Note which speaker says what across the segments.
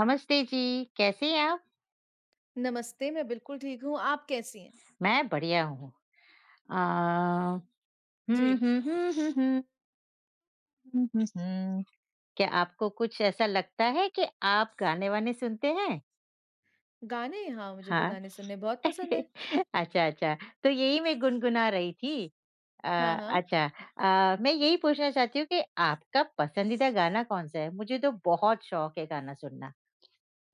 Speaker 1: नमस्ते जी, कैसे हैं आप?
Speaker 2: नमस्ते, मैं बिल्कुल ठीक हूँ, आप कैसी हैं?
Speaker 1: मैं बढ़िया हूँ। अ,
Speaker 2: जी।
Speaker 1: हुँ, हुँ, हुँ, हुँ, हुँ, हुँ, हुँ, हुँ। क्या आपको कुछ ऐसा लगता है कि आप गाने-वाने सुनते हैं?
Speaker 2: गाने? हाँ, मुझे तो
Speaker 1: हाँ।
Speaker 2: गाने सुनने बहुत पसंद है।
Speaker 1: अच्छा, अच्छा, तो यही मैं गुनगुना रही थी। अ,
Speaker 2: हाँ, हाँ।
Speaker 1: अच्छा मैं यही पूछना चाहती हूँ कि आपका पसंदीदा गाना कौन-सा है? मुझे तो बहुत शौक है गाना सुनना।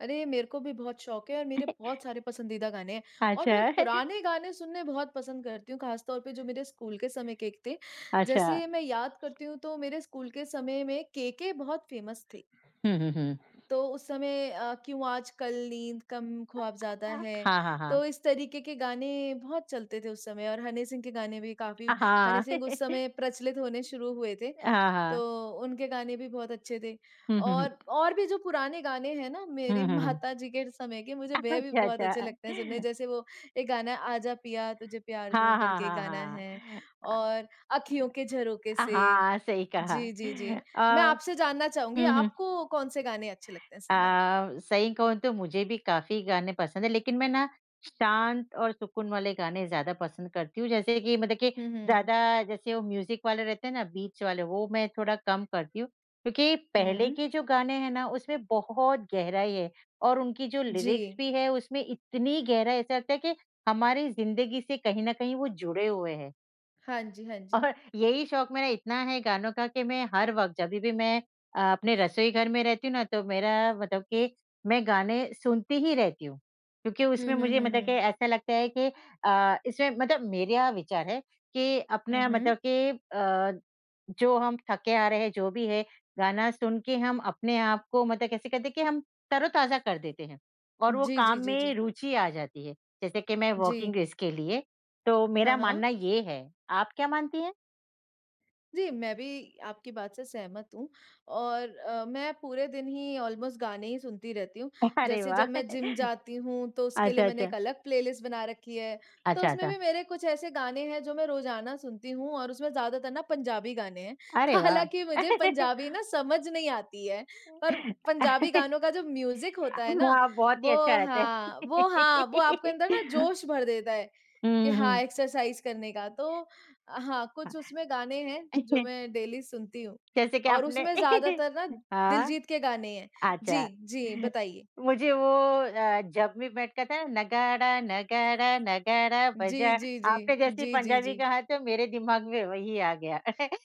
Speaker 2: अरे, मेरे को भी बहुत शौक है और मेरे बहुत सारे पसंदीदा गाने हैं और मैं
Speaker 1: अच्छा,
Speaker 2: पुराने गाने सुनने बहुत पसंद करती हूँ, खास तौर पे जो मेरे स्कूल के समय के एक थे।
Speaker 1: अच्छा।
Speaker 2: जैसे मैं याद करती हूँ तो मेरे स्कूल के समय में केके बहुत फ़ेमस थे।
Speaker 1: हुँ, हुँ, हुँ।
Speaker 2: तो उस समय क्यों आजकल नींद कम ख्वाब ज़्यादा है,
Speaker 1: हाँ, हाँ, हाँ।
Speaker 2: तो इस तरीके के गाने बहुत चलते थे उस समय और हनी सिंह के गाने भी काफ़ी हनी
Speaker 1: हाँ,
Speaker 2: सिंह उस समय प्रचलित होने शुरू हुए थे,
Speaker 1: हाँ, हाँ।
Speaker 2: तो उनके गाने भी बहुत अच्छे थे।
Speaker 1: हुँ, हुँ, हुँ।
Speaker 2: और भी जो पुराने गाने हैं ना मेरी
Speaker 1: हुँ, हुँ, हुँ।
Speaker 2: माताजी के समय के मुझे वे भी
Speaker 1: अच्छा,
Speaker 2: बहुत अच्छे लगते
Speaker 1: अच्छा।
Speaker 2: हैं सुनने, जैसे वो एक गाना है आजा पिया तुझे प्यार
Speaker 1: हाँ,
Speaker 2: दूँ
Speaker 1: हाँ,
Speaker 2: करके एक
Speaker 1: हाँ,
Speaker 2: गाना है
Speaker 1: हाँ।
Speaker 2: और अखियों के झरोखे से।
Speaker 1: हाँ, सही कहा।
Speaker 2: जी, जी, जी। मैं
Speaker 1: अ,
Speaker 2: आपसे जानना चाहूँगी
Speaker 1: हुँ, हुँ।
Speaker 2: आपको कौन-से गाने अच्छे लगते हैं सुनना?
Speaker 1: सही कहूँ तो मुझे भी काफ़ी गाने पसंद है, लेकिन मैं ना शांत और सुकून वाले गाने ज़्यादा पसंद करती हूँ। जैसे कि मतलब कि
Speaker 2: हुँ, हुँ।
Speaker 1: ज़्यादा जैसे वो म्यूज़िक वाले रहते हैं ना, बीट्स वाले, वो मैं थोड़ा कम करती हूँ। क्योंकि पहले
Speaker 2: हुँ।
Speaker 1: के जो गाने हैं ना, उसमें बहुत गहराई है और उनकी जो
Speaker 2: जी।
Speaker 1: लिरिक्स भी है, उसमें इतनी गहराई ऐसा लगता है कि हमारी ज़िंदगी से कहीं न कहीं वो जुड़े हुए हैं।
Speaker 2: हाँ जी, हाँ जी।
Speaker 1: और यही शौक मेरा इतना है गानों का कि मैं हर वक़्त जभी भी मैं अपने रसोई घर में रहती हूँ ना तो मेरा मतलब कि मैं गाने सुनती ही रहती हूँ। क्योंकि
Speaker 2: हुँ,
Speaker 1: उसमें
Speaker 2: हुँ,
Speaker 1: मुझे
Speaker 2: हुँ,
Speaker 1: मतलब कि
Speaker 2: हुँ।
Speaker 1: ऐसा लगता है कि इसमें मतलब मेरा विचार है कि
Speaker 2: हुँ,
Speaker 1: अपना
Speaker 2: हुँ।
Speaker 1: मतलब कि जो हम थके आ रहे हैं जो भी है, गाना सुन के हम अपने आप को मतलब कैसे कहते हैं कि हम तरोताज़ा कर देते हैं और वो
Speaker 2: जी, जी,
Speaker 1: काम
Speaker 2: जी,
Speaker 1: में
Speaker 2: जी।
Speaker 1: रुचि आ जाती है। जैसे कि मैं
Speaker 2: जी।
Speaker 1: वॉकिंग इसके लिए, तो
Speaker 2: हाँ,
Speaker 1: मेरा
Speaker 2: हाँ।
Speaker 1: मानना ये है। आप क्या मानती हैं?
Speaker 2: जी, मैं भी आपकी बात से सहमत हूँ और मैं पूरे दिन ही ऑलमोस्ट गाने ही सुनती रहती हूँ।
Speaker 1: अरे
Speaker 2: जैसे
Speaker 1: वाह!
Speaker 2: जब मैं जिम जाती हूँ, तो उसके
Speaker 1: अच्छा,
Speaker 2: लिए मैंने
Speaker 1: अच्छा।
Speaker 2: एक अलग प्लेलिस्ट बना रखी है, तो
Speaker 1: अच्छा,
Speaker 2: उसमें
Speaker 1: अच्छा।
Speaker 2: भी मेरे कुछ ऐसे गाने हैं जो मैं रोज़ाना सुनती हूँ और उसमें ज़्यादातर ना पंजाबी गाने हैं।
Speaker 1: अरे वाह!
Speaker 2: हालाँकि मुझे पंजाबी ना समझ नहीं आती है, पर पंजाबी गानों का जो म्यूज़िक होता है ना,
Speaker 1: हाँ, बहुत ही अच्छा
Speaker 2: वो
Speaker 1: रहता है।
Speaker 2: हाँ, वो आपके अंदर ना जोश भर देता है। कि
Speaker 1: हुँ,
Speaker 2: हाँ,
Speaker 1: हुँ।
Speaker 2: एक्सरसाइज़ करने का। तो हाँ,
Speaker 1: हाँ,
Speaker 2: कुछ उसमें गाने हैं जो मैं डेली सुनती हूँ
Speaker 1: जैसे कि
Speaker 2: और
Speaker 1: आपने
Speaker 2: उसमें ज़्यादातर ना
Speaker 1: हाँ,
Speaker 2: दिलजीत के गाने हैं।
Speaker 1: अच्छा।
Speaker 2: जी, जी, बताइए।
Speaker 1: मुझे वो जब वी मेट का था ना नगाड़ा, नगाड़ा, नगाड़ा
Speaker 2: जी,
Speaker 1: बजा,
Speaker 2: जी, जी।
Speaker 1: आपने जैसे ही
Speaker 2: जी, जी,
Speaker 1: पंजाबी
Speaker 2: जी।
Speaker 1: कहा तो मेरे दिमाग में वही आ गया।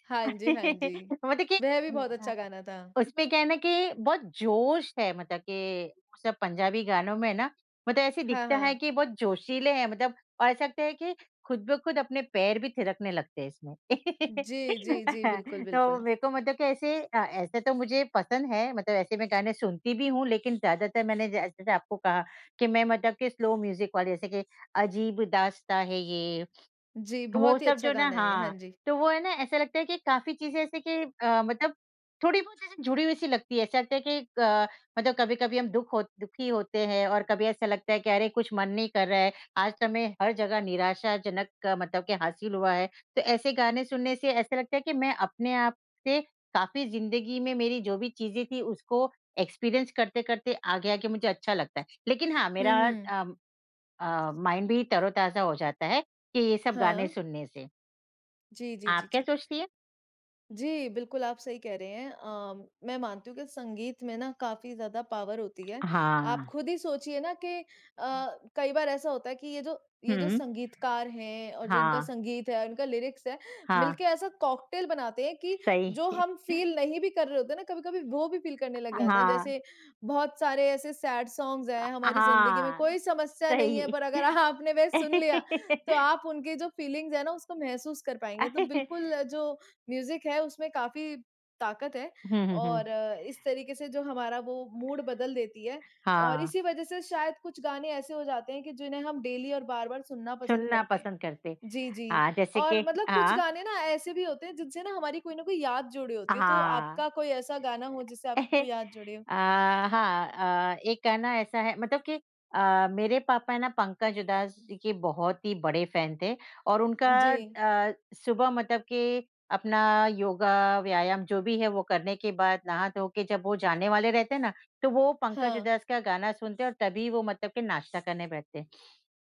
Speaker 2: हाँ जी, हाँ जी।
Speaker 1: मतलब कि
Speaker 2: वह भी बहुत अच्छा गाना था।
Speaker 1: उसमें क्या है ना कि बहुत जोश है मतलब कि सब पंजाबी गानों में ना मतलब ऐसे
Speaker 2: हाँ,
Speaker 1: दिखता है
Speaker 2: हाँ।
Speaker 1: कि बहुत जोशीले हैं मतलब और ऐसा लगता है कि खुद ब खुद अपने पैर भी थिरकने लगते हैं इसमें।
Speaker 2: जी, जी, जी, बिल्कुल,
Speaker 1: तो
Speaker 2: बिल्कुल।
Speaker 1: मेरे को मतलब कि ऐसे ऐसे तो मुझे पसंद है मतलब ऐसे मैं गाने सुनती भी हूँ लेकिन ज़्यादातर मैंने जैसे आपको कहा कि मैं मतलब कि स्लो म्यूज़िक वाले जैसे कि अजीब दास्ताँ है ये
Speaker 2: जी,
Speaker 1: वो
Speaker 2: बहुत ही
Speaker 1: सब
Speaker 2: अच्छा
Speaker 1: जो ना
Speaker 2: गाना है ये। हाँ
Speaker 1: हाँ,
Speaker 2: जी।
Speaker 1: तो वो है ना ऐसा लगता है कि काफ़ी चीज़ें ऐसे कि मतलब थोड़ी-बहुत जैसे जुड़ी हुई-सी लगती है। ऐसा लगता है कि मतलब कभी-कभी हम दुख हो दुखी होते हैं और कभी ऐसा लगता है कि अरे कुछ मन नहीं कर रहा है, आज तो हमें हर जगह निराशाजनक मतलब कि हासिल हुआ है। तो ऐसे गाने सुनने से ऐसा लगता है कि मैं अपने आप से काफ़ी ज़िंदगी में मेरी जो भी चीज़ें थी उसको एक्सपीरियंस करते-करते आगे आके मुझे अच्छा लगता है। लेकिन हाँ,
Speaker 2: हुँ,
Speaker 1: मेरा
Speaker 2: हुँ।
Speaker 1: माइंड भी तरोताज़ा हो जाता है कि ये सब
Speaker 2: हाँ।
Speaker 1: गाने सुनने से।
Speaker 2: जी, जी,
Speaker 1: आप
Speaker 2: जी,
Speaker 1: क्या
Speaker 2: जी।
Speaker 1: सोचती हैं?
Speaker 2: जी, बिल्कुल आप सही कह रहे हैं। मैं मानती हूँ कि संगीत में ना काफ़ी ज़्यादा पावर होती है। आप
Speaker 1: हाँ।
Speaker 2: खुद ही सोचिए ना कि कई बार ऐसा होता है कि ये जो
Speaker 1: हुँ।
Speaker 2: संगीतकार हैं और जो इनका
Speaker 1: हाँ,
Speaker 2: संगीत है, इनका लिरिक्स है,
Speaker 1: हाँ,
Speaker 2: मिलके ऐसा कॉकटेल बनाते हैं कि जो
Speaker 1: सही।
Speaker 2: हम फ़ील नहीं भी कर रहे होते हैं ना, कभी-कभी वो भी फ़ील करने लग जाते हैं।
Speaker 1: हाँ,
Speaker 2: जैसे बहुत सारे ऐसे सैड सॉन्ग्स हैं, हमारी ज़िंदगी में
Speaker 1: हाँ,
Speaker 2: कोई समस्या नहीं है,
Speaker 1: सही।
Speaker 2: पर अगर आपने वह सुन लिया, तो आप उनकी जो फ़ीलिंग्स हैं ना, उसको महसूस कर पाएँगे। तो बिल्कुल जो म्यूज़िक है उसमें काफ़ी ताकत है
Speaker 1: हुँ, हुँ, हुँ।
Speaker 2: और इस तरीके से जो हमारा वो मूड बदल देती है और
Speaker 1: हाँ,
Speaker 2: इसी वजह से शायद कुछ गाने ऐसे हो जाते हैं कि जिन्हें हम डेली और बार-बार सुनना पसंद
Speaker 1: सुनना
Speaker 2: करते हैं।
Speaker 1: पसंद करते।
Speaker 2: जी, जी।
Speaker 1: हाँ, जैसे
Speaker 2: और
Speaker 1: कि
Speaker 2: मतलब कुछ
Speaker 1: हाँ,
Speaker 2: गाने ना ऐसे भी होते हैं जिनसे ना हमारी कोई ना कोई याद जुड़ी होती है, तो
Speaker 1: हाँ।
Speaker 2: आपका कोई ऐसा गाना हो जिससे आपकी कोई याद जुड़े हो?
Speaker 1: अ, हाँ एक है ना ऐसा है मतलब कि मेरे पापा है ना पंकज उधास जी के बहुत ही बड़े फैन थे और उनका
Speaker 2: जी।
Speaker 1: सुबह मतलब कि अपना योगा, व्यायाम जो भी है वो करने के बाद नहा-धो के जब वो जाने वाले रहते हैं ना, तो वो पंकज
Speaker 2: हाँ।
Speaker 1: उधास का गाना सुनते हैं और तभी वो मतलब कि नाश्ता करने बैठते हैं।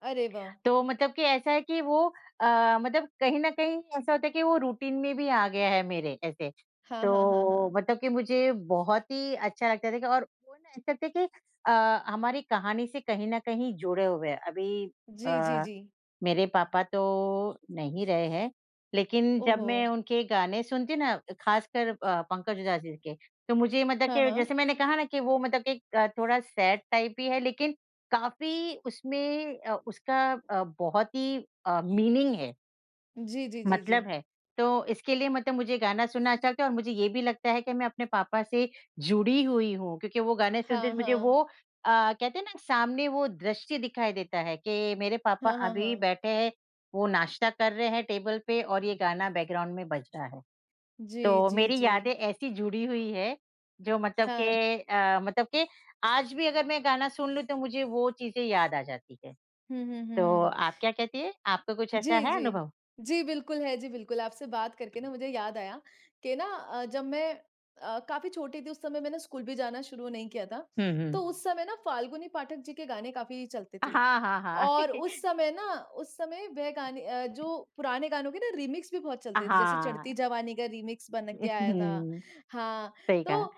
Speaker 2: अरे वाह!
Speaker 1: तो मतलब कि ऐसा है कि वो अ, मतलब कहीं न कहीं ऐसा होता है कि वो रूटीन में भी आ गया है मेरे ऐसे।
Speaker 2: हाँ, हाँ, हाँ,
Speaker 1: तो
Speaker 2: हाँ।
Speaker 1: मतलब कि मुझे बहुत ही अच्छा लगता था कि और वो ना ऐसा था कि हमारी कहानी से कहीं न कहीं जुड़े हुए हैं। अभी
Speaker 2: जी, जी,
Speaker 1: अ
Speaker 2: जी।
Speaker 1: मेरे पापा तो नहीं रहे हैं, लेकिन जब
Speaker 2: ओहो!
Speaker 1: मैं उनके गाने सुनती ना ख़ासकर पंकज उधास जी के, तो मुझे मतलब
Speaker 2: हाँ,
Speaker 1: कि जैसे
Speaker 2: हाँ।
Speaker 1: मैंने कहा ना कि वो मतलब कि थोड़ा सैड टाइप ही है लेकिन काफ़ी उसमें उसका बहुत ही मीनिंग है।
Speaker 2: जी, जी, जी, जी।
Speaker 1: मतलब है। तो इसके लिए मतलब मुझे गाना सुनना अच्छा लगता है और मुझे ये भी लगता है कि मैं अपने पापा से जुड़ी हुई हूँ क्योंकि वो गाने सुनते
Speaker 2: हाँ,
Speaker 1: मुझे
Speaker 2: हाँ।
Speaker 1: वो कहते हैं ना सामने वो दृश्य दिखाई देता है कि मेरे पापा
Speaker 2: हाँ, हाँ,
Speaker 1: अभी
Speaker 2: हाँ।
Speaker 1: बैठे हैं, वो नाश्ता कर रहे हैं टेबल पे और ये गाना बैकग्राउंड में बज रहा है।
Speaker 2: जी,
Speaker 1: तो
Speaker 2: जी,
Speaker 1: मेरी
Speaker 2: जी।
Speaker 1: यादें ऐसी जुड़ी हुई है जो मतलब
Speaker 2: हाँ।
Speaker 1: के मतलब के आज भी अगर मैं गाना सुन लूँ तो मुझे वो चीज़ें याद आ जाती है।
Speaker 2: हुँ, हुँ,
Speaker 1: तो
Speaker 2: हुँ।
Speaker 1: आप क्या कहती हैं? आपका कुछ ऐसा
Speaker 2: जी,
Speaker 1: है
Speaker 2: जी।
Speaker 1: अनुभव?
Speaker 2: जी, बिल्कुल है। जी, बिल्कुल, आपसे बात करके ना मुझे याद आया कि ना जब मैं काफ़ी छोटी थी उस समय मैंने स्कूल भी जाना शुरू नहीं किया था,
Speaker 1: हुँ, हुँ।
Speaker 2: तो उस समय ना फाल्गुनी पाठक जी के गाने काफ़ी चलते थे।
Speaker 1: हाँ, हाँ, हाँ।
Speaker 2: और उस समय ना उस समय वह गाने जो पुराने गानों के ना रीमिक्स भी बहुत चलते थे, जैसे चढ़ती
Speaker 1: हाँ,
Speaker 2: जवानी का रीमिक्स बन के आया था।
Speaker 1: हुँ,
Speaker 2: हाँ,
Speaker 1: सही कहा।
Speaker 2: तो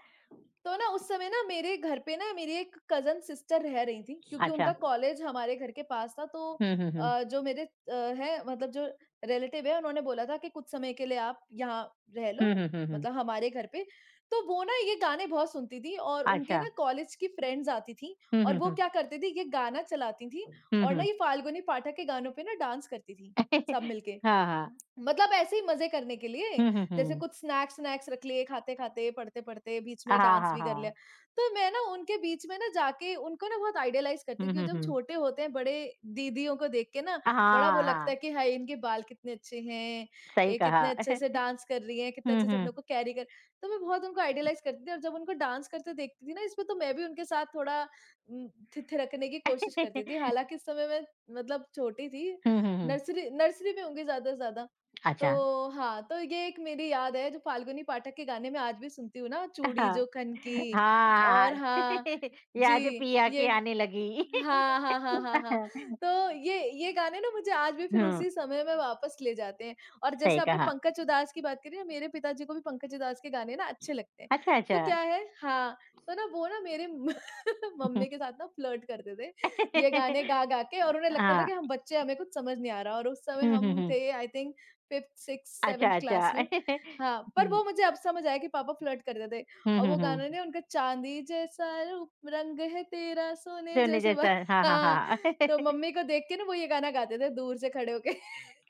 Speaker 2: तो ना उस समय ना मेरे घर पे ना मेरी एक कज़न सिस्टर रह रही थी, क्योंकि
Speaker 1: अच्छा,
Speaker 2: उनका कॉलेज हमारे घर के पास था तो
Speaker 1: हुँ, हुँ, हुँ।
Speaker 2: जो मेरे हैं मतलब जो रिलेटिव है उन्होंने बोला था कि कुछ समय के लिए आप यहाँ रह
Speaker 1: हुँ,
Speaker 2: लो,
Speaker 1: हुँ, हुँ, हुँ।
Speaker 2: मतलब हमारे घर पे। तो वो ना ये गाने बहुत सुनती थी और उनके
Speaker 1: अच्छा,
Speaker 2: ना कॉलेज की फ्रेंड्स आती थी
Speaker 1: हुँ,
Speaker 2: और
Speaker 1: हुँ,
Speaker 2: वो
Speaker 1: हुँ।
Speaker 2: क्या करती थी ये गाना चलाती थी
Speaker 1: हुँ,
Speaker 2: और ना
Speaker 1: हुँ।
Speaker 2: ये फाल्गुनी पाठक के गानों पे ना डांस करती थी, सब मिलके।
Speaker 1: हाँ, हाँ।
Speaker 2: मतलब ऐसे ही मजे करने के लिए
Speaker 1: हुँ, हुँ,
Speaker 2: जैसे
Speaker 1: हुँ।
Speaker 2: कुछ स्नैक्स स्नैक्स रख लिए खाते-खाते, पढ़ते-पढ़ते, बीच
Speaker 1: हाँ,
Speaker 2: में डांस
Speaker 1: हाँ,
Speaker 2: भी कर लिया।
Speaker 1: हाँ।
Speaker 2: तो मैं ना उनके बीच में ना जाके उनको ना बहुत आइडियलाइज़ करती
Speaker 1: हुँ,
Speaker 2: हूँ
Speaker 1: हुँ,
Speaker 2: क्योंकि जब
Speaker 1: हुँ।
Speaker 2: छोटे होते हैं बड़े दीदियों को देख के ना
Speaker 1: हाँ,
Speaker 2: बड़ा वो लगता
Speaker 1: हाँ,
Speaker 2: है कि हाय इनके बाल कितने अच्छे हैं,
Speaker 1: सही
Speaker 2: ये
Speaker 1: कहा।
Speaker 2: कितने अच्छे से डांस कर रही हैं, कितने
Speaker 1: हुँ,
Speaker 2: अच्छे से अपने
Speaker 1: हुँ।
Speaker 2: को कैरी कर तो मैं बहुत उनको आइडियलाइज़ करती थी और जब उनको डांस करते देखती थी ना इसमें तो मैं भी उनके साथ थोड़ा उम, थि थिरकने की कोशिश करती थी। हालाँकि इस समय मैं मतलब छोटी थी,
Speaker 1: हुँ, हुँ, हुँ।
Speaker 2: नर्सरी नर्सरी में होंगी ज़्यादा से ज़्यादा।
Speaker 1: अच्छा,
Speaker 2: तो हाँ, तो ये एक मेरी याद है जो फाल्गुनी पाठक के गाने मैं आज भी सुनती हूँ ना, चूड़ी
Speaker 1: हाँ।
Speaker 2: जो खन की
Speaker 1: हाँ,
Speaker 2: और हाँ
Speaker 1: यादें
Speaker 2: जी,
Speaker 1: पिया
Speaker 2: ये
Speaker 1: के आने लगी।
Speaker 2: हाँ, हाँ, हाँ, हाँ, हाँ। तो ये गाने ना मुझे आज भी फिर
Speaker 1: हुँ,
Speaker 2: उसी समय में वापस ले जाते हैं और जैसे
Speaker 1: सही
Speaker 2: आपने
Speaker 1: कहा।
Speaker 2: पंकज उधास की बात करी ना, मेरे पिताजी को भी पंकज उधास के गाने ना अच्छे लगते हैं।
Speaker 1: अच्छा, अच्छा।
Speaker 2: तो क्या है हाँ, तो ना वो ना मम्मी के साथ ना फ्लर्ट करते थे, ये गाने गा-गा के और उन्हें लगता था
Speaker 1: हाँ।
Speaker 2: कि हम बच्चे हैं, हमें कुछ समझ नहीं आ रहा और उस समय
Speaker 1: हुँ, हुँ,
Speaker 2: हम
Speaker 1: हुँ।
Speaker 2: थे आई थिंक 5th, 6th,
Speaker 1: अच्छा,
Speaker 2: 7th क्लास में।
Speaker 1: अच्छा।
Speaker 2: हाँ, पर
Speaker 1: हुँ।
Speaker 2: वो मुझे अब समझ आया कि पापा फ्लर्ट करते थे।
Speaker 1: हुँ,
Speaker 2: और
Speaker 1: हुँ,
Speaker 2: वो गाना
Speaker 1: हुँ।
Speaker 2: नहीं उनका चांदी जैसा रूप रंग है तेरा सोने
Speaker 1: सोने
Speaker 2: जैसे बा
Speaker 1: जैसा हाँ, हाँ,
Speaker 2: हाँ,
Speaker 1: हाँ।
Speaker 2: तो मम्मी को देख के ना वो ये गाना गाते थे दूर से खड़े होके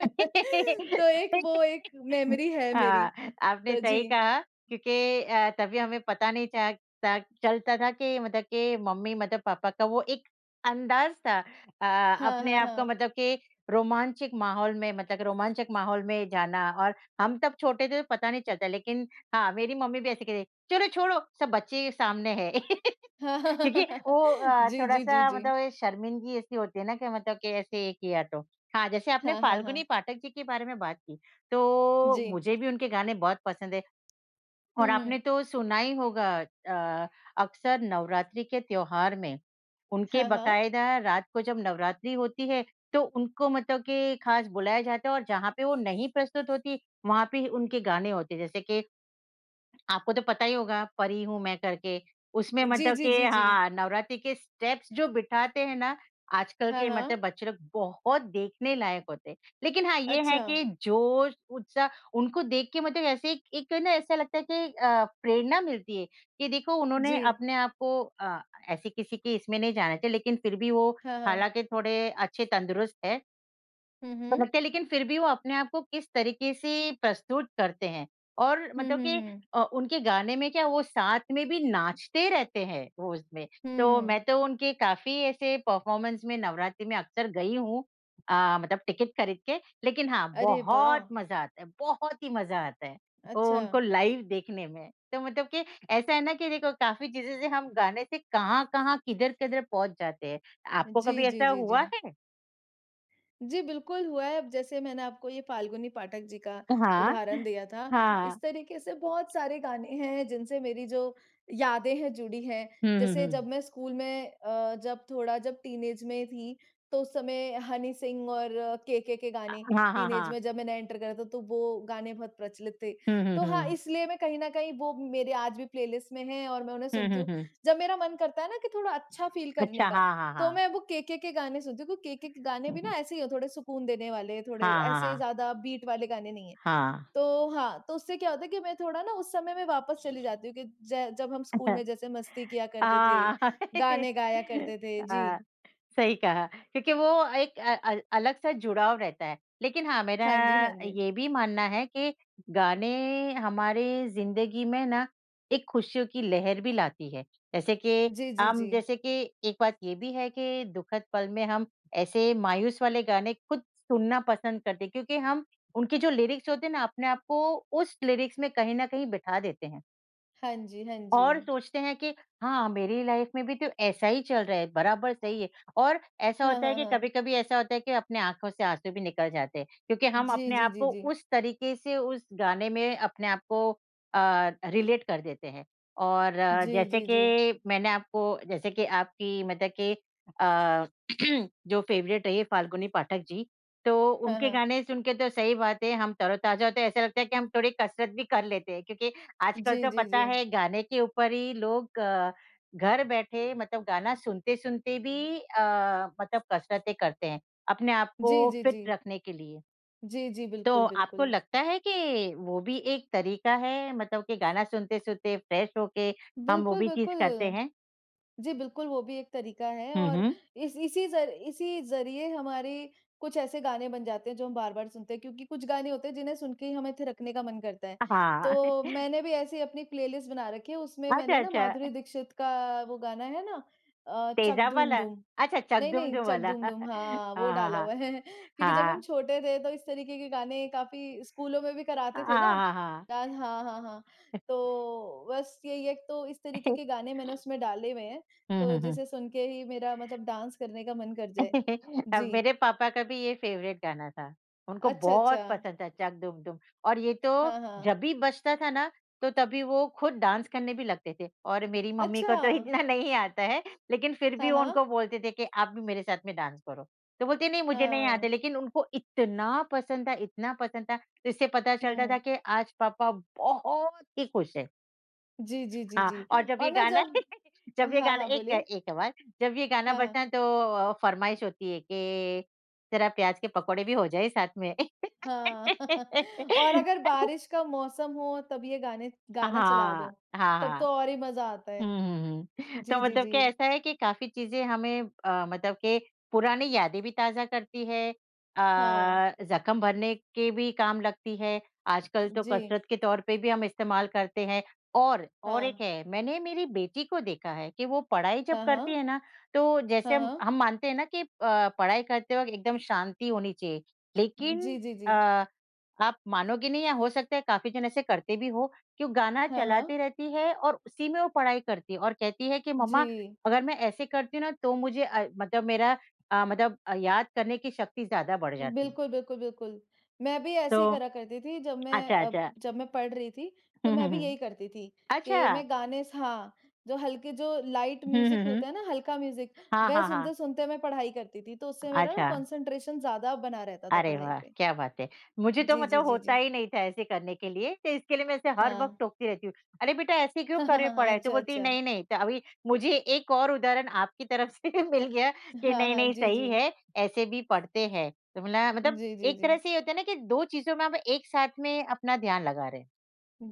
Speaker 2: तो एक मेमोरी है मेरी
Speaker 1: हाँ, आपने
Speaker 2: तो जी
Speaker 1: सही कहा क्योंकि तभी हमें पता नहीं चा ता चलता था कि मतलब कि मम्मी मतलब पापा का वो एक अंदाज़ था
Speaker 2: हाँ
Speaker 1: अपने
Speaker 2: हाँ
Speaker 1: आप
Speaker 2: हाँ
Speaker 1: का मतलब कि रोमांचिक माहौल में मतलब कि रोमांचक माहौल में जाना और हम तब छोटे थे तो पता नहीं चलता लेकिन हाँ, मेरी मम्मी भी ऐसे कहती, "चलो छोड़ो, सब बच्चे सामने हैं।"
Speaker 2: हाँ हाँ हाँ,
Speaker 1: क्योंकि
Speaker 2: हाँ, हाँ,
Speaker 1: वो
Speaker 2: जी जी जी
Speaker 1: थोड़ा-सा
Speaker 2: जी
Speaker 1: मतलब ये शर्मिंदगी ऐसी होती है ना कि मतलब कि ऐसे ये किया तो। हाँ, जैसे आपने
Speaker 2: हाँ हाँ हाँ
Speaker 1: फाल्गुनी पाठक जी के बारे में बात की, तो
Speaker 2: जी
Speaker 1: मुझे भी उनके गाने बहुत पसंद है
Speaker 2: हम्म
Speaker 1: और
Speaker 2: हम्म,
Speaker 1: आपने तो सुना ही होगा अक्सर नवरात्रि के त्योहार में, उनके
Speaker 2: हाँ हाँ
Speaker 1: बाकायदा रात को जब नवरात्रि होती है, तो उनको मतलब कि खास बुलाया जाता है और जहाँ पे वो नहीं प्रस्तुत होती, वहाँ पे ही उनके गाने होते हैं। जैसे कि आपको तो पता ही होगा, परी हूँ मैं करके। उसमें
Speaker 2: जी
Speaker 1: मतलब
Speaker 2: जी
Speaker 1: कि
Speaker 2: जी जी
Speaker 1: हाँ, नवरात्रि के स्टेप्स जो बिठाते हैं ना, आजकल
Speaker 2: हाँ
Speaker 1: के
Speaker 2: हाँ
Speaker 1: मतलब बच्चे लोग बहुत देखने लायक होते हैं। लेकिन हाँ, ये है
Speaker 2: अच्छा
Speaker 1: कि जोश, उत्साह उनको देख के मतलब ऐसे एक एक ना ऐसा लगता है कि प्रेरणा मिलती है कि देखो उन्होंने
Speaker 2: जी
Speaker 1: अपने आप को ऐसे किसी के इसमें नहीं जाना चाहिए लेकिन फिर भी वो
Speaker 2: हाँ हाँ
Speaker 1: हालाँकि थोड़े अच्छे तंदुरुस्त है।
Speaker 2: हम्म हम्म
Speaker 1: समझते हैं, लेकिन फिर भी वो अपने आप को किस तरीके से प्रस्तुत करते हैं और
Speaker 2: हम्म
Speaker 1: मतलब
Speaker 2: हम्म
Speaker 1: कि
Speaker 2: हम्म
Speaker 1: उनके गाने में क्या वो साथ में भी नाचते रहते हैं वो उसमें। तो मैं
Speaker 2: हम्म,
Speaker 1: तो उनके काफ़ी ऐसे परफ़ॉर्मेंस में नवरात्रि में अक्सर गई हूँ मतलब टिकट खरीद के। लेकिन हाँ,
Speaker 2: अरे
Speaker 1: बहुत
Speaker 2: वाह
Speaker 1: मज़ा आता है, बहुत ही मज़ा आता है वो
Speaker 2: अच्छा
Speaker 1: उनको लाइव देखने में। तो मतलब कि ऐसा है ना कि देखो काफ़ी चीज़ें से हम गाने से कहाँ-कहाँ, किधर-किधर पहुँच जाते हैं। आपको
Speaker 2: जी
Speaker 1: कभी
Speaker 2: जी
Speaker 1: ऐसा
Speaker 2: जी
Speaker 1: हुआ
Speaker 2: जी
Speaker 1: है?
Speaker 2: जी, बिल्कुल हुआ है। अब जैसे मैंने आपको ये फाल्गुनी पाठक जी का
Speaker 1: हाँ।
Speaker 2: उदाहरण दिया था,
Speaker 1: हाँ।
Speaker 2: इस तरीके से बहुत सारे गाने हैं जिनसे मेरी जो यादें हैं जुड़ी हैं।
Speaker 1: हुँ, हुँ,
Speaker 2: जैसे
Speaker 1: हुँ।
Speaker 2: जब मैं स्कूल में जब थोड़ा जब टीनेज में थी, तो उस समय हनी सिंह और केके के गाने
Speaker 1: हाँ, हाँ,
Speaker 2: टीनेज
Speaker 1: हाँ।
Speaker 2: में जब मैंने एंटर करा था, तो वो गाने बहुत प्रचलित थे।
Speaker 1: हुँ, हुँ,
Speaker 2: तो हाँ,
Speaker 1: हुँ।
Speaker 2: इसलिए मैं कहीं न कहीं वो मेरे आज भी प्लेलिस्ट में हैं और मैं उन्हें
Speaker 1: हुँ,
Speaker 2: सुनती
Speaker 1: हुँ,
Speaker 2: हूँ।
Speaker 1: हुँ।
Speaker 2: जब मेरा मन करता है ना कि थोड़ा अच्छा फ़ील करने
Speaker 1: अच्छा,
Speaker 2: का,
Speaker 1: हाँ, हाँ,
Speaker 2: तो
Speaker 1: हाँ।
Speaker 2: मैं वो केके के गाने सुनती हूँ क्योंकि केके के गाने
Speaker 1: हुँ,
Speaker 2: भी ना
Speaker 1: हुँ।
Speaker 2: ऐसे ही हो थोड़े सुकून देने वाले, थोड़े
Speaker 1: हाँ, हाँ,
Speaker 2: ऐसे
Speaker 1: हाँ।
Speaker 2: ज़्यादा बीट वाले गाने नहीं हैं।
Speaker 1: हाँ।
Speaker 2: तो हाँ, तो उससे क्या होता है कि मैं थोड़ा ना उस समय में वापस चली जाती हूँ कि ज जब हम स्कूल में जैसे मस्ती किया करते थे,
Speaker 1: हाँ।
Speaker 2: गाने गाया करते थे।
Speaker 1: हाँ,
Speaker 2: जी।
Speaker 1: सही कहा क्योंकि वो एक अलग सा जुड़ाव रहता है। लेकिन हाँ, मेरा
Speaker 2: हाँ जी, हाँ जी।
Speaker 1: ये भी मानना है कि गाने हमारे ज़िंदगी में ना एक खुशियों की लहर भी लाती है। जैसे कि
Speaker 2: जी, जी,
Speaker 1: हम
Speaker 2: जी।
Speaker 1: जैसे कि एक बात ये भी है कि दुखद पल में हम ऐसे मायूस वाले गाने खुद सुनना पसंद करते हैं क्योंकि हम उनके जो लिरिक्स होते हैं ना अपने आप को उस लिरिक्स में कहीं न कहीं बिठा देते हैं।
Speaker 2: हाँ जी, हाँ जी।
Speaker 1: और सोचते हैं कि हाँ, मेरी लाइफ में भी तो ऐसा ही चल रहा है, बराबर सही है और ऐसा
Speaker 2: हाँ,
Speaker 1: होता है
Speaker 2: हाँ,
Speaker 1: कि
Speaker 2: हाँ।
Speaker 1: कभी-कभी ऐसा होता है कि अपने आँखों से आँसू भी निकल जाते हैं क्योंकि हम
Speaker 2: जी,
Speaker 1: अपने
Speaker 2: जी,
Speaker 1: आप
Speaker 2: जी,
Speaker 1: को
Speaker 2: जी।
Speaker 1: उस तरीके से उस गाने में अपने आप को रिलेट कर देते हैं। और
Speaker 2: जी,
Speaker 1: जैसे
Speaker 2: जी, जी।
Speaker 1: कि मैंने आपको जैसे कि आपकी मतलब कि अ, जो फ़ेवरेट रही है फाल्गुनी पाठक जी, तो
Speaker 2: हाँ,
Speaker 1: उनके
Speaker 2: हाँ।
Speaker 1: गाने सुन के तो सही बात है हम तरोताज़ा होते हैं, ऐसा लगता है कि हम थोड़ी कसरत भी कर लेते हैं क्योंकि आजकल
Speaker 2: जी,
Speaker 1: तो
Speaker 2: जी,
Speaker 1: पता
Speaker 2: जी।
Speaker 1: है गाने के ऊपर ही लोग घर बैठे मतलब गाना सुनते-सुनते भी मतलब कसरतें करते हैं, अपने आप को
Speaker 2: जी, जी,
Speaker 1: फिट
Speaker 2: जी।
Speaker 1: रखने के लिए।
Speaker 2: जी, जी,
Speaker 1: तो
Speaker 2: बिल्कुल,
Speaker 1: आपको
Speaker 2: बिल्कुल।
Speaker 1: लगता है कि वो भी एक तरीका है मतलब कि गाना सुनते-सुनते फ्रेश होके हम वो
Speaker 2: बिल्कुल,
Speaker 1: भी चीज़ करते
Speaker 2: बिल्कुल।
Speaker 1: हैं?
Speaker 2: जी, बिल्कुल, वो भी एक तरीका है
Speaker 1: हुँ,
Speaker 2: और
Speaker 1: हुँ।
Speaker 2: इस इसी ज़रिए हमारे कुछ ऐसे गाने बन जाते हैं, जो हम बार-बार सुनते हैं क्योंकि कुछ गाने होते हैं, जिन्हें सुन के ही हमें थे रखने का मन करता है।
Speaker 1: हाँ।
Speaker 2: तो मैंने भी ऐसी अपनी प्लेलिस्ट बना रखी है, उसमें
Speaker 1: अच्छा,
Speaker 2: मैंने ना
Speaker 1: अच्छा
Speaker 2: माधुरी दीक्षित का वो गाना है ना चक
Speaker 1: तेज़ाब
Speaker 2: धूम
Speaker 1: वाला?
Speaker 2: धूम।
Speaker 1: अच्छा चक
Speaker 2: नहीं,
Speaker 1: दुम
Speaker 2: नहीं,
Speaker 1: दुम
Speaker 2: चक
Speaker 1: वाला।
Speaker 2: दूम
Speaker 1: हाँ,
Speaker 2: दूम हाँ, वो
Speaker 1: हाँ,
Speaker 2: डाला
Speaker 1: हाँ।
Speaker 2: हुआ है क्योंकि जब हम
Speaker 1: हाँ।
Speaker 2: छोटे थे तो इस तरीके के गाने काफ़ी स्कूलों में भी कराते
Speaker 1: हाँ,
Speaker 2: थे ना।
Speaker 1: हाँ, हाँ।
Speaker 2: डांस हाँ, हाँ, हाँ। तो बस यही है तो इस तरीके के गाने मैंने उसमें डाले हुए हैं,
Speaker 1: हुँ,
Speaker 2: तो
Speaker 1: हुँ, हुँ।
Speaker 2: जिसे सुन के ही मेरा मतलब डांस करने का मन कर जाए।
Speaker 1: अब
Speaker 2: जी।
Speaker 1: मेरे पापा का भी ये फ़ेवरेट गाना था। उनको
Speaker 2: अच्छा,
Speaker 1: बहुत
Speaker 2: अच्छा।
Speaker 1: पसंद था चक दुम दुम और ये तो
Speaker 2: हाँ, हाँ।
Speaker 1: जब भी बजता था ना, तो तभी वो खुद डांस करने भी लगते थे और मेरी मम्मी को
Speaker 2: अच्छा!
Speaker 1: तो इतना नहीं आता है, लेकिन फिर भी
Speaker 2: हाँ,
Speaker 1: वो उनको
Speaker 2: हाँ।
Speaker 1: बोलते थे कि आप भी मेरे साथ में डांस करो। तो बोलते नहीं मुझे नहीं आते
Speaker 2: हाँ।
Speaker 1: लेकिन उनको इतना पसंद था, तो इससे पता चलता था
Speaker 2: हुँ।
Speaker 1: कि आज पापा बहुत ही खुश है।
Speaker 2: जी, जी, जी,
Speaker 1: हाँ,
Speaker 2: जी।
Speaker 1: और जब ये
Speaker 2: और ना
Speaker 1: गाना
Speaker 2: जब
Speaker 1: जब ये
Speaker 2: हाँ,
Speaker 1: गाना
Speaker 2: हाँ,
Speaker 1: एक
Speaker 2: बोलिए।
Speaker 1: एक आवाज़ जब ये गाना
Speaker 2: हाँ, हाँ।
Speaker 1: बजना है तो फ़रमाइश होती है कि ज़रा प्याज़ के पकोड़े भी हो जाएँ साथ में।
Speaker 2: हाँ और अगर बारिश का मौसम हो तब ये गाने
Speaker 1: हाँ,
Speaker 2: गाना चला दो,
Speaker 1: हाँ,
Speaker 2: तब
Speaker 1: हाँ।
Speaker 2: तो और ही मज़ा आता है।
Speaker 1: हुँ, हुँ, हुँ।
Speaker 2: जी,
Speaker 1: तो
Speaker 2: जी,
Speaker 1: मतलब कि
Speaker 2: जी।
Speaker 1: ऐसा है कि काफ़ी चीज़ें हमें मतलब कि पुरानी यादें भी ताज़ा करती है
Speaker 2: हाँ,
Speaker 1: ज़ख्म भरने के भी काम लगती है। आजकल तो
Speaker 2: जी।
Speaker 1: कसरत के तौर पे भी हम इस्तेमाल करते हैं और
Speaker 2: हाँ।
Speaker 1: एक है, मैंने मेरी बेटी को देखा है कि वो पढ़ाई जब
Speaker 2: हाँ,
Speaker 1: करती
Speaker 2: हाँ।
Speaker 1: है ना, तो जैसे
Speaker 2: हाँ,
Speaker 1: हम
Speaker 2: हाँ।
Speaker 1: हम मानते हैं ना कि पढ़ाई करते वक़्त एकदम शांति होनी चाहिए। लेकिन
Speaker 2: जी, जी, जी।
Speaker 1: अ, आप मानोगे नहीं या हो सकता है काफ़ी जन ऐसे करते भी हो कि वो गाना
Speaker 2: हाँ,
Speaker 1: चलाती
Speaker 2: हाँ।
Speaker 1: रहती है और उसी में वो पढ़ाई करती है और कहती है कि
Speaker 2: जी।
Speaker 1: मम्मा अगर मैं ऐसे करती हूँ ना तो मुझे मतलब मेरा मतलब याद करने की शक्ति ज़्यादा बढ़ जाती है।
Speaker 2: बिल्कुल, बिल्कुल, बिल्कुल। मैं भी
Speaker 1: तो
Speaker 2: ऐसे ही करा करती थी जब मैं
Speaker 1: अच्छा, अच्छा।
Speaker 2: जब मैं पढ़ रही थी, तो
Speaker 1: हुँ,
Speaker 2: मैं
Speaker 1: हुँ,
Speaker 2: भी
Speaker 1: हुँ।
Speaker 2: यही करती थी कि
Speaker 1: अच्छा।
Speaker 2: मैं गाने स हाँ, जो हल्के जो लाइट
Speaker 1: हुँ, हुँ,
Speaker 2: म्यूज़िक
Speaker 1: हुँ।
Speaker 2: होता है ना, हल्का म्यूज़िक,
Speaker 1: हाँ,
Speaker 2: वह
Speaker 1: हाँ, हाँ।
Speaker 2: सुनते-सुनते मैं पढ़ाई करती थी, तो उससे मेरा ना
Speaker 1: अच्छा।
Speaker 2: कॉन्सन्ट्रेशन ज़्यादा बना रहता था
Speaker 1: अरे
Speaker 2: पढ़ाई
Speaker 1: वाह!
Speaker 2: पे।
Speaker 1: क्या बात है। मुझे तो
Speaker 2: जी, जी,
Speaker 1: मतलब
Speaker 2: जी, जी।
Speaker 1: होता ही नहीं था ऐसे करने के लिए, तो इसके लिए मैं इसे हर वक़्त
Speaker 2: हाँ।
Speaker 1: टोकती रहती हूँ। "अरे बेटा ऐसे क्यों
Speaker 2: हाँ, हाँ,
Speaker 1: करे
Speaker 2: हाँ,
Speaker 1: पड़ा
Speaker 2: हाँ।
Speaker 1: है?" तो
Speaker 2: अच्छा,
Speaker 1: बोलती है,
Speaker 2: अच्छा।
Speaker 1: "नहीं, नहीं।" तो अभी मुझे एक और उदाहरण आपकी तरफ से मिल गया कि
Speaker 2: हाँ,
Speaker 1: नहीं,
Speaker 2: हाँ।
Speaker 1: नहीं
Speaker 2: जी, जी।
Speaker 1: सही है, ऐसे भी पढ़ते हैं। तो बोला मतलब
Speaker 2: जी, जी,
Speaker 1: एक
Speaker 2: जी।
Speaker 1: तरह से ये होता है ना कि 2 चीज़ों में आप एक साथ में अपना ध्यान लगा रहे हैं।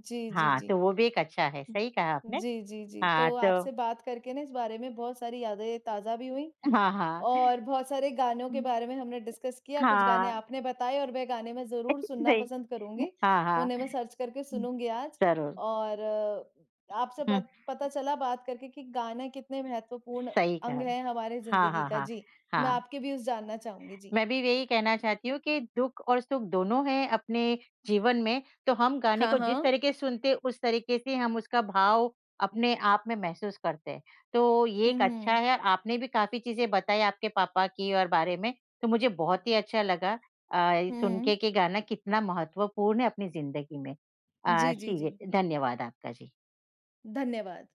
Speaker 2: जी, जी,
Speaker 1: हाँ,
Speaker 2: जी।
Speaker 1: तो वो भी एक अच्छा है, सही कहा आपने।
Speaker 2: जी, जी, जी।
Speaker 1: हाँ,
Speaker 2: तो
Speaker 1: तो
Speaker 2: आपसे बात करके ना इस बारे में बहुत सारी यादें ताज़ा भी हुईं
Speaker 1: हाँ, हाँ।
Speaker 2: और बहुत सारे गानों के बारे में हमने डिस्कस किया। कुछ गाने
Speaker 1: हाँ,
Speaker 2: आपने बताए और वह गाने मैं ज़रूर सुनना
Speaker 1: सही।
Speaker 2: पसंद करूँगी।
Speaker 1: हाँ,
Speaker 2: उन्हें
Speaker 1: हाँ।
Speaker 2: मैं सर्च करके सुनूँगी आज
Speaker 1: ज़रूर।
Speaker 2: और आपसे
Speaker 1: हुँ,
Speaker 2: पत पता चला बात करके कि गाना कितने महत्वपूर्ण
Speaker 1: सही कहा।
Speaker 2: अंग है हमारे
Speaker 1: हाँ,
Speaker 2: ज़िंदगी
Speaker 1: हाँ,
Speaker 2: का।
Speaker 1: हाँ।
Speaker 2: जी, मैं
Speaker 1: हाँ,
Speaker 2: आपके व्यूज़ जानना चाहूँगी। जी।
Speaker 1: मैं भी यही कहना चाहती हूँ कि दुःख और सुख दोनों हैं अपने जीवन में, तो हम गाने
Speaker 2: हाँ,
Speaker 1: को जिस
Speaker 2: हाँ।
Speaker 1: तरीके से सुनते हैं, उस तरीके से हम उसका भाव अपने आप में महसूस करते हैं। तो ये
Speaker 2: हुँ,
Speaker 1: एक अच्छा
Speaker 2: हुँ।
Speaker 1: है, और आपने भी काफ़ी चीज़ें बताई आपके पापा की और बारे में, तो मुझे बहुत ही अच्छा लगा अ, सुन
Speaker 2: हुँ।
Speaker 1: के कि गाना कितना महत्वपूर्ण है अपनी ज़िंदगी में।
Speaker 2: जी, जी, जी।
Speaker 1: जी, धन्यवाद आपका। जी।
Speaker 2: धन्यवाद।